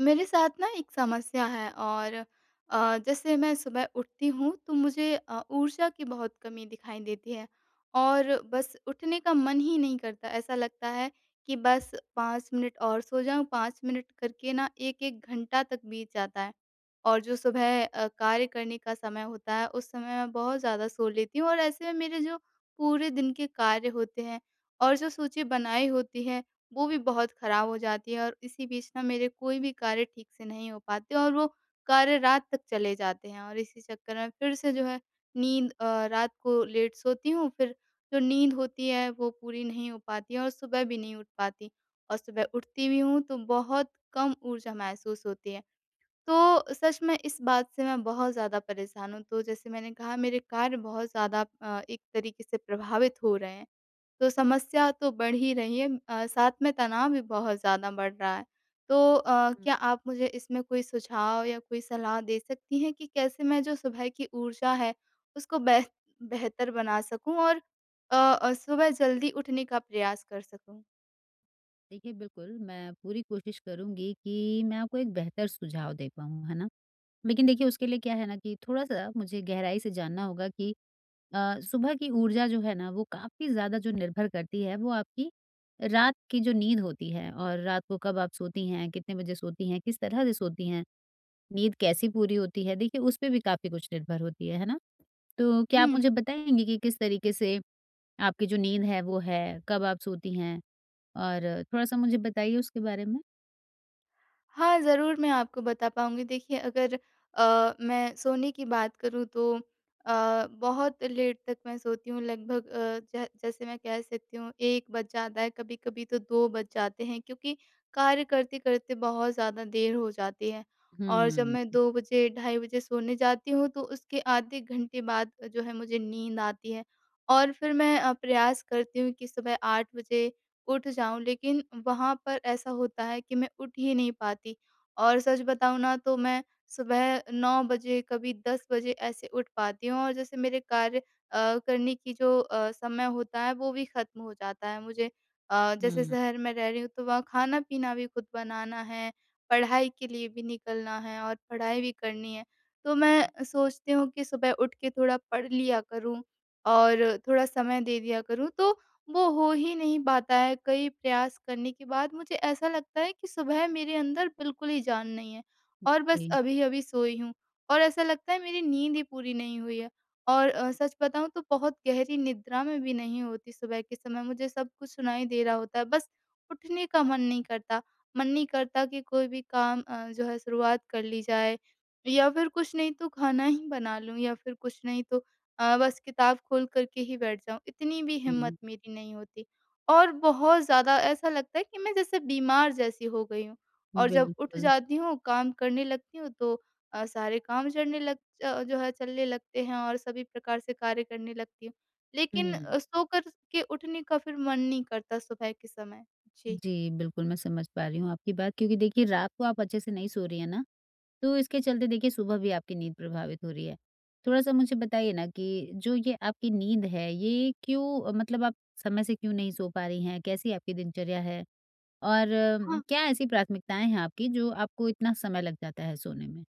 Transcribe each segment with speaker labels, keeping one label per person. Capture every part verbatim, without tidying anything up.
Speaker 1: मेरे साथ ना एक समस्या है और अ, जैसे मैं सुबह उठती हूँ तो मुझे अ, ऊर्जा की बहुत कमी दिखाई देती है। और बस उठने का मन ही नहीं करता, ऐसा लगता है कि बस पाँच मिनट और सो जाऊँ, पाँच मिनट करके ना एक एक घंटा तक बीत जाता है। और जो सुबह अ, कार्य करने का समय होता है उस समय मैं बहुत ज़्यादा सो लेती हूँ और ऐसे में मेरे जो पूरे दिन के कार्य होते हैं और जो सूची बनाई होती है वो भी बहुत ख़राब हो जाती है। और इसी बीच ना मेरे कोई भी कार्य ठीक से नहीं हो पाते और वो कार्य रात तक चले जाते हैं। और इसी चक्कर में फिर से जो है नींद अ, रात को लेट सोती हूँ, फिर जो नींद होती है वो पूरी नहीं हो पाती है और सुबह भी नहीं उठ पाती। और सुबह उठती भी हूँ तो बहुत कम ऊर्जा महसूस होती है। तो सच में इस बात से मैं बहुत ज़्यादा परेशान हूँ। तो जैसे मैंने कहा मेरे कार्य बहुत ज़्यादा अ, एक तरीके से प्रभावित हो रहे हैं। तो समस्या तो बढ़ ही रही है, अ, साथ में तनाव भी बहुत ज़्यादा बढ़ रहा है। तो अ,
Speaker 2: हुँ।
Speaker 1: क्या आप मुझे इसमें कोई सुझाव या कोई सलाह दे सकती हैं कि कैसे मैं जो सुबह की ऊर्जा है उसको बेह बेहतर बना सकूँ और अ अ, सुबह जल्दी उठने का प्रयास कर सकूँ?
Speaker 2: देखिए, बिल्कुल, मैं पूरी कोशिश करूँगी कि मैं आपको एक बेहतर सुझाव दे पाऊँ, है ना? लेकिन देखिए, उसके लिए क्या है ना कि थोड़ा-सा मुझे गहराई से जानना होगा कि अ, सुबह की ऊर्जा जो है ना, वो काफ़ी ज़्यादा जो निर्भर करती है, वो आपकी रात की जो नींद होती है और रात को कब आप सोती हैं, कितने बजे सोती हैं, किस तरह से सोती हैं, नींद कैसी पूरी होती है, देखिए, उस पे भी काफ़ी कुछ निर्भर होती है, है ना? तो क्या आप मुझे बताएँगी कि किस तरीके से आपकी जो नींद है, वो है? कब आप सोती हैं? और थोड़ा-सा मुझे बताइए उसके बारे में।
Speaker 1: हाँ, ज़रूर मैं आपको बता पाऊँगी। देखिए, अगर अ, मैं सोने की बात करूँ तो अ, बहुत लेट तक मैं सोती हूँ, लगभग अ, ज जैसे मैं कह सकती हूँ एक बज जाता है, कभी-कभी तो दो बज जाते हैं क्योंकि कार्य करते-करते बहुत ज़्यादा देर हो जाती है। और जब
Speaker 2: हुँ,
Speaker 1: मैं दो बजे, ढाई बजे सोने जाती हूँ तो उसके आधे घंटे बाद जो है मुझे नींद आती है। और फिर मैं अ, प्रयास करती हूँ कि सुबह आठ बजे उठ जाऊँ, लेकिन वहाँ पर ऐसा होता है कि मैं उठ ही नहीं पाती। और सच बताऊँ ना तो मैं सुबह नौ बजे, कभी दस बजे ऐसे उठ पाती हूँ और जैसे मेरे कार्य अ, करने की जो अ, समय होता है वो भी ख़त्म हो जाता है। मुझे अ, जैसे
Speaker 2: हुँ।
Speaker 1: शहर में रह रही हूँ तो वहाँ खाना-पीना भी खुद बनाना है, पढ़ाई के लिए भी निकलना है और पढ़ाई भी करनी है। तो मैं सोचती हूँ कि सुबह उठ के थोड़ा पढ़ लिया करूँ और थोड़ा समय दे दिया करूँ, तो वो हो ही नहीं पाता है। कई प्रयास करने के बाद मुझे ऐसा लगता है कि सुबह मेरे अंदर बिल्कुल ही जान नहीं है और बस
Speaker 2: जी,
Speaker 1: अभी-अभी सोई हूँ और ऐसा लगता है मेरी नींद ही पूरी नहीं हुई है। और अ, सच बताऊँ तो बहुत गहरी निद्रा में भी नहीं होती सुबह के समय, मुझे सब कुछ सुनाई दे रहा होता है, बस उठने का मन नहीं करता। मन नहीं करता कि कोई भी काम अ, जो है शुरुआत कर ली जाए या फिर कुछ नहीं तो खाना ही बना लूँ या फिर कुछ नहीं तो अ, बस किताब खोल कर के ही बैठ जाऊँ, इतनी भी हिम्मत
Speaker 2: जी।
Speaker 1: मेरी नहीं होती। और बहुत ज़्यादा ऐसा लगता है कि मैं जैसे बीमार जैसी हो गई हूँ और जब उठ
Speaker 2: बिल्कुल।
Speaker 1: जाती हूँ, काम करने लगती हूँ तो अ, सारे काम चढ़ने लग अ, जो है चलने लगते हैं और सभी प्रकार से कार्य करने लगती हूँ। लेकिन
Speaker 2: हुँ।
Speaker 1: अ, सोकर के उठने का फिर मन नहीं करता सुबह के समय। जी।
Speaker 2: जी, बिल्कुल मैं समझ पा रही हूँ आपकी बात क्योंकि देखिए रात को आप अच्छे से नहीं सो रही हैं ना, तो इसके चलते देखिए सुबह भी आपकी नींद प्रभावित हो रही है। थोड़ा-सा मुझे बताइए ना कि जो ये आपकी नींद है ये क्यों मतलब आप समय से क्यों नहीं सो पा रही हैं? कैसी आपकी दिनचर्या है? और अ, क्या ऐसी प्राथमिकताएँ हैं आपकी जो आपको इतना समय लग जाता है सोने में?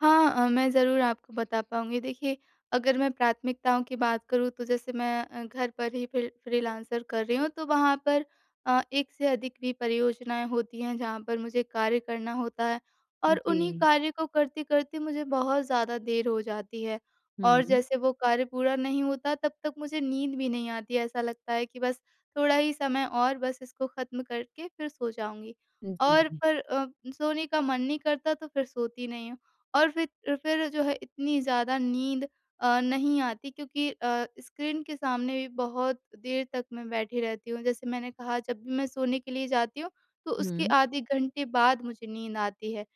Speaker 1: हाँ, अ, मैं ज़रूर आपको बता पाऊँगी। देखिए, अगर मैं प्राथमिकताओं की बात करूँ तो जैसे मैं अ, घर पर ही फ्री फ्रीलांसर कर रही हूँ, तो वहाँ पर अ, एक से अधिक भी परियोजनाएँ होती हैं जहाँ पर मुझे कार्य करना होता है और उन्हीं
Speaker 2: जी।
Speaker 1: कार्य को करते-करते मुझे बहुत ज़्यादा देर हो जाती है। और
Speaker 2: हुँ।
Speaker 1: जैसे वो कार्य पूरा नहीं होता तब तक मुझे नींद भी नहीं आती है, ऐसा लगता है कि बस थोड़ा ही समय और बस इसको ख़त्म करके फिर सो जाऊँगी। और
Speaker 2: जी।
Speaker 1: पर अ, सोने का मन नहीं करता तो फिर सोती नहीं हूँ। और फिर फिर जो है इतनी ज़्यादा नींद अ, नहीं आती क्योंकि अ, स्क्रीन के सामने भी बहुत देर तक मैं बैठी रहती हूँ। जैसे मैंने कहा जब भी मैं सोने के लिए जाती हूँ, तो उसके
Speaker 2: हुँ।
Speaker 1: आधे घंटे बाद मुझे नींद आती है।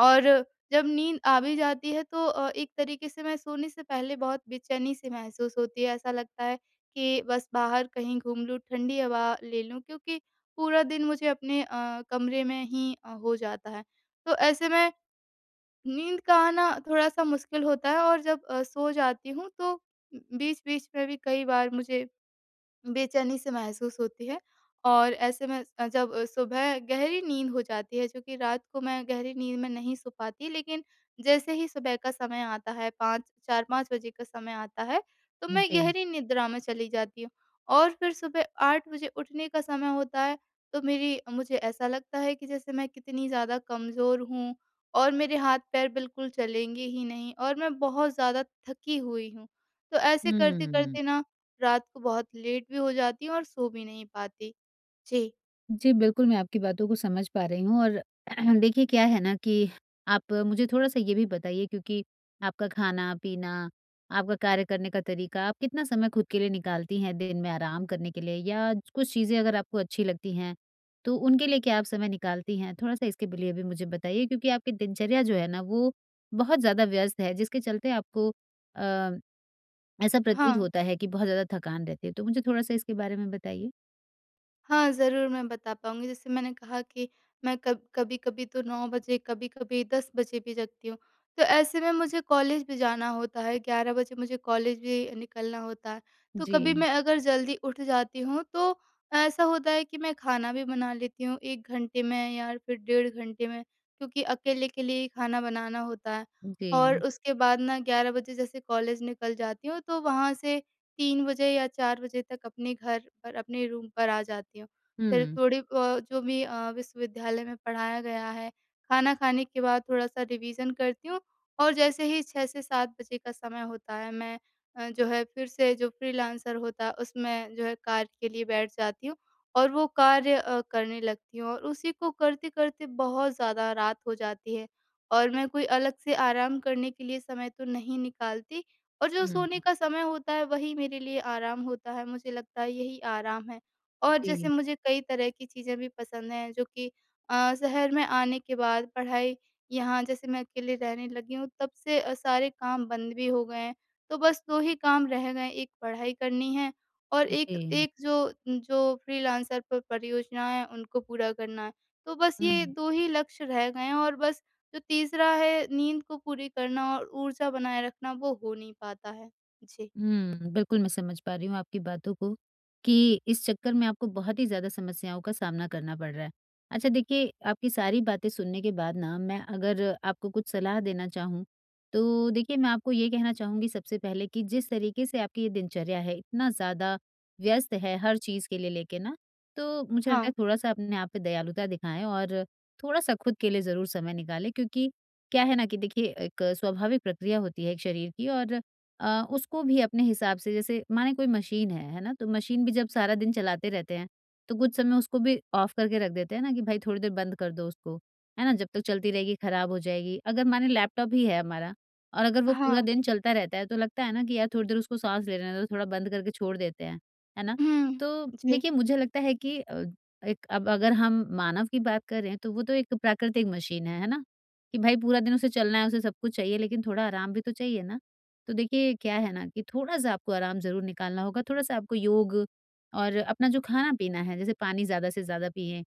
Speaker 1: और जब नींद आ भी जाती है तो अ, एक तरीके से मैं सोने से पहले बहुत बेचैनी सी महसूस होती है। ऐसा लगता है कि बस बाहर कहीं घूम लूँ, ठंडी हवा ले लूँ, क्योंकि पूरा दिन मुझे अपने अ, कमरे में ही अ, हो जाता है। तो ऐसे में नींद का आना थोड़ा-सा मुश्किल होता है और जब अ, सो जाती हूँ तो बीच-बीच में भी कई बार मुझे बेचैनी सी महसूस होती है। और ऐसे में अ, जब अ, सुबह गहरी नींद हो जाती है, जो कि रात को मैं गहरी नींद में नहीं सो पाती, लेकिन जैसे ही सुबह का समय आता है, पाँच चार पाँच बजे का समय आता है तो मैं
Speaker 2: जी।
Speaker 1: गहरी निद्रा में चली जाती हूँ। और फिर सुबह आठ बजे उठने का समय होता है तो मेरी मुझे ऐसा लगता है कि जैसे मैं कितनी ज़्यादा कमज़ोर हूँ और मेरे हाथ पैर बिल्कुल चलेंगे ही नहीं और मैं बहुत ज़्यादा थकी हुई हूँ। तो ऐसे
Speaker 2: हुँ।
Speaker 1: करते-करते ना रात को बहुत लेट भी हो जाती हूँ और सो भी नहीं पाती। जी।
Speaker 2: जी, बिल्कुल, मैं आपकी बातों को समझ पा रही हूँ और देखिए क्या है ना कि आप मुझे थोड़ा-सा ये भी बताइए क्योंकि आपका खाना-पीना, आपका कार्य करने का तरीका, आप कितना समय खुद के लिए निकालती हैं दिन में आराम करने के लिए या कुछ चीज़ें अगर आपको अच्छी लगती हैं, तो उनके लिए क्या आप समय निकालती हैं? थोड़ा-सा इसके लिए भी मुझे बताइए क्योंकि आपकी दिनचर्या जो है ना वो बहुत ज़्यादा व्यस्त है जिसके चलते आपको अ, ऐसा प्रतीत
Speaker 1: हाँ।
Speaker 2: होता है कि बहुत ज़्यादा थकान रहती है। तो मुझे थोड़ा-सा इसके बारे में बताइए।
Speaker 1: हाँ, ज़रूर मैं बता पाऊँगी। जैसे मैंने कहा कि मैं कब कभी-कभी तो नौ बजे, कभी-कभी दस बजे भी जगती हूँ। तो ऐसे में मुझे कॉलेज भी जाना होता है, ग्यारह बजे मुझे कॉलेज भी निकलना होता है। तो
Speaker 2: जी,
Speaker 1: कभी मैं अगर जल्दी उठ जाती हूँ, तो ऐसा होता है कि मैं खाना भी बना लेती हूँ एक घंटे में या फिर डेढ़ घंटे में, क्योंकि अकेले के लिए ही खाना बनाना होता है। और
Speaker 2: जी।
Speaker 1: उसके बाद ना ग्यारह बजे जैसे कॉलेज निकल जाती हूँ, तो वहाँ से तीन बजे या चार बजे तक अपने घर पर अपने रूम पर आ जाती हूँ। फिर
Speaker 2: हुँ।
Speaker 1: थोड़ी अ, जो भी अ, विश्वविद्यालय में पढ़ाया गया है, खाना खाने के बाद थोड़ा-सा रिवीज़न करती हूँ और जैसे ही छह से सात बजे का समय होता है मैं अ, जो है फिर से जो फ्रीलांसर होता है उसमें जो है कार्य के लिए बैठ जाती हूँ और वो कार्य अ, करने लगती हूँ और उसी को करते-करते बहुत ज़्यादा रात हो जाती है और मैं कोई अलग से आराम करने के लिए समय तो नहीं निकालती और जो सोने
Speaker 2: हुँ,
Speaker 1: का समय होता है वही मेरे लिए आराम होता है, मुझे लगता है यही आराम है। और जैसे
Speaker 2: जी,
Speaker 1: मुझे कई तरह की चीज़ें भी पसंद हैं जो कि अ, शहर में आने के बाद पढ़ाई यहाँ जैसे मैं अकेले रहने लगी हूँ तब से अ, सारे काम बंद भी हो गए हैं। तो बस दो ही काम रह गए हैं, एक पढ़ाई करनी है और एक
Speaker 2: जी।
Speaker 1: एक जो जो फ्रीलांसर पर परियोजना है उनको पूरा करना है। तो बस
Speaker 2: हुँ।
Speaker 1: ये दो ही लक्ष्य रह गए हैं और बस जो तीसरा है नींद को पूरी करना और ऊर्जा बनाए रखना वो हो नहीं पाता है। जी।
Speaker 2: हुँ, बिल्कुल मैं समझ पा रही हूँ आपकी बातों को कि इस चक्कर में आपको बहुत ही ज़्यादा समस्याओं का सामना करना पड़ रहा है। अच्छा देखिए, आपकी सारी बातें सुनने के बाद ना मैं अगर आपको कुछ सलाह देना चाहूँ, तो देखिए मैं आपको ये कहना चाहूँगी सबसे पहले कि जिस तरीके से आपकी ये दिनचर्या है, इतना ज़्यादा व्यस्त है हर चीज़ के लिए लेके ना, तो मुझे लगता
Speaker 1: हाँ,
Speaker 2: है थोड़ा-सा अपने आप पे दयालुता दिखाएँ और थोड़ा-सा खुद के लिए ज़रूर समय निकालें क्योंकि क्या है ना कि देखिए एक स्वाभाविक प्रक्रिया होती है एक शरीर की और अ, उसको भी अपने हिसाब से जैसे माने कोई मशीन है, है ना? तो मशीन भी जब सारा दिन चलाते रहते हैं, तो कुछ समय उसको भी ऑफ करके रख देते हैं ना कि भाई थोड़ी देर बंद कर दो उसको, है ना? जब तक चलती रहेगी खराब हो जाएगी। अगर माने लैपटॉप ही है हमारा और अगर वो पूरा
Speaker 1: हाँ।
Speaker 2: दिन चलता रहता है, तो लगता है ना कि यार थोड़ी देर उसको साँस लेने दो, थोड़ा बंद करके छोड़ देते हैं, है ना?
Speaker 1: हुँ।
Speaker 2: तो
Speaker 1: जी,
Speaker 2: देखिए मुझे लगता है कि अ, एक अब अगर हम मानव की बात करें तो वो तो एक प्राकृतिक मशीन है, है ना? कि भाई पूरा दिन उसे चलना है, उसे सब कुछ चाहिए लेकिन थोड़ा आराम भी तो चाहिए ना? तो देखिए क्या है ना कि थोड़ा-सा आपको आराम ज़रूर निकालना होगा, थोड़ा-सा आपको योग और अपना जो खाना-पीना है, जैसे पानी ज़्यादा से ज़्यादा पिएँ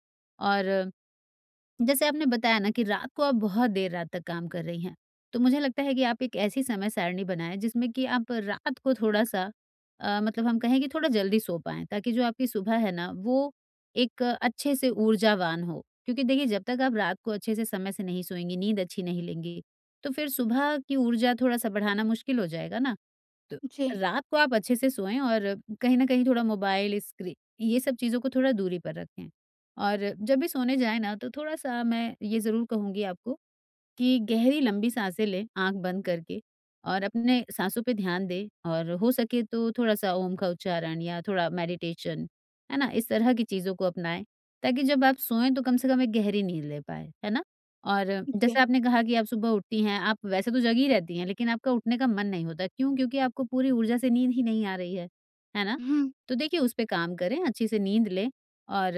Speaker 2: और जैसे आपने बताया ना कि रात को आप बहुत देर रात तक काम कर रही हैं, तो मुझे लगता है कि आप एक ऐसी समय सारिणी बनाएँ जिसमें कि आप रात को थोड़ा-सा अ, मतलब हम कहें कि थोड़ा जल्दी सो पाएँ ताकि जो आपकी सुबह है ना, वो एक अच्छे से ऊर्जावान हो। क्योंकि देखिए जब तक आप रात को अच्छे से समय से नहीं सोएँगी, नींद अच्छी नहीं लेंगी, तो फिर सुबह की ऊर्जा थोड़ा-सा बढ़ाना मुश्किल हो जाएगा ना। तो
Speaker 1: जी,
Speaker 2: रात को आप अच्छे से सोएँ और कहीं न कहीं थोड़ा मोबाइल, स्क्री ये सब चीज़ों को थोड़ा दूरी पर रखें। और जब भी सोने जाएँ ना, तो थोड़ा-सा मैं ये ज़रूर कहूँगी आपको कि गहरी लंबी साँसें ले, आँख बंद करके और अपने साँसों पे ध्यान दे और हो सके तो थोड़ा-सा ओम का उच्चारण या थोड़ा मेडिटेशन, है ना? इस तरह की चीज़ों को अपनाएँ, ताकि जब आप सोएँ तो कम से कम एक गहरी नींद ले पाएँ, है ना? और जैसे
Speaker 1: जी।
Speaker 2: आपने कहा कि आप सुबह उठती हैं, आप वैसे तो जगी रहती हैं, लेकिन आपका उठने का मन नहीं होता। क्यों? क्योंकि आपको पूरी ऊर्जा से नींद ही नहीं आ रही है, है ना?
Speaker 1: हुँ,
Speaker 2: तो देखिए उस पे काम करें, अच्छी से नींद लें और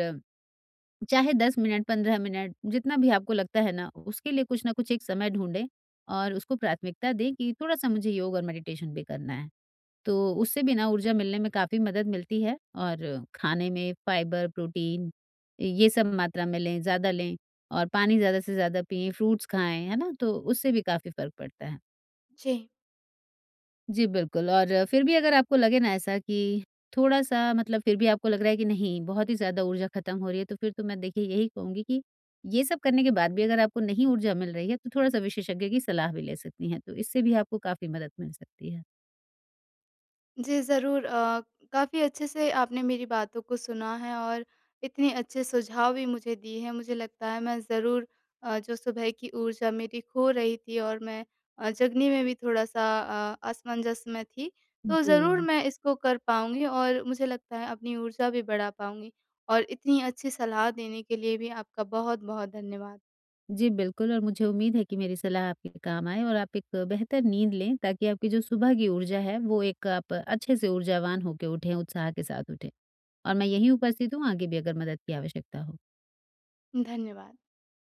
Speaker 2: चाहे दस मिनट, पंद्रह मिनट जितना भी आपको लगता है ना, उसके लिए कुछ ना कुछ एक समय ढूँढें और उसको प्राथमिकता दें कि थोड़ा-सा मुझे योग और मेडिटेशन भी करना है। तो उससे भी ना ऊर्जा मिलने में काफ़ी मदद मिलती है और खाने में फाइबर, प्रोटीन ये सब मात्रा में लें, ज़्यादा लें और पानी ज़्यादा से ज़्यादा पिएँ, फ्रूट्स खाएँ, है ना? तो उससे भी काफ़ी फ़र्क पड़ता है।
Speaker 1: जी।
Speaker 2: जी, बिल्कुल और फिर भी अगर आपको लगे ना ऐसा कि थोड़ा-सा मतलब फिर भी आपको लग रहा है कि नहीं, बहुत ही ज़्यादा ऊर्जा खत्म हो रही है, तो फिर तो मैं देखिए यही कहूँगी कि ये सब करने के बाद भी अगर आपको नहीं ऊर्जा मिल रही है, तो थोड़ा-सा विशेषज्ञ की सलाह भी ले सकती हैं, तो इससे भी आपको काफ़ी मदद मिल सकती है।
Speaker 1: जी, ज़रूर, अ, काफ़ी अच्छे से आपने मेरी बातों को सुना है और इतने अच्छे सुझाव भी मुझे दिए हैं। मुझे लगता है मैं ज़रूर अ, जो सुबह की ऊर्जा मेरी खो रही थी और मैं अ, जगने में भी थोड़ा-सा अ, असमंजस में थी। तो ज़रूर
Speaker 2: जी।
Speaker 1: मैं इसको कर पाऊँगी और मुझे लगता है अपनी ऊर्जा भी बढ़ा पाऊँगी। और इतनी अच्छी सलाह देने के लिए भी आपका बहुत-बहुत धन्यवाद।
Speaker 2: जी, बिल्कुल और मुझे उम्मीद है कि मेरी सलाह आपके काम आए और आप एक बेहतर नींद लें, ताकि आपकी जो सुबह की ऊर्जा है, वो एक आप अच्छे से ऊर्जावान होके उठें, उत्साह के साथ उठें। और मैं यहीं उपस्थित हूँ, आगे भी अगर मदद की आवश्यकता हो।
Speaker 1: धन्यवाद।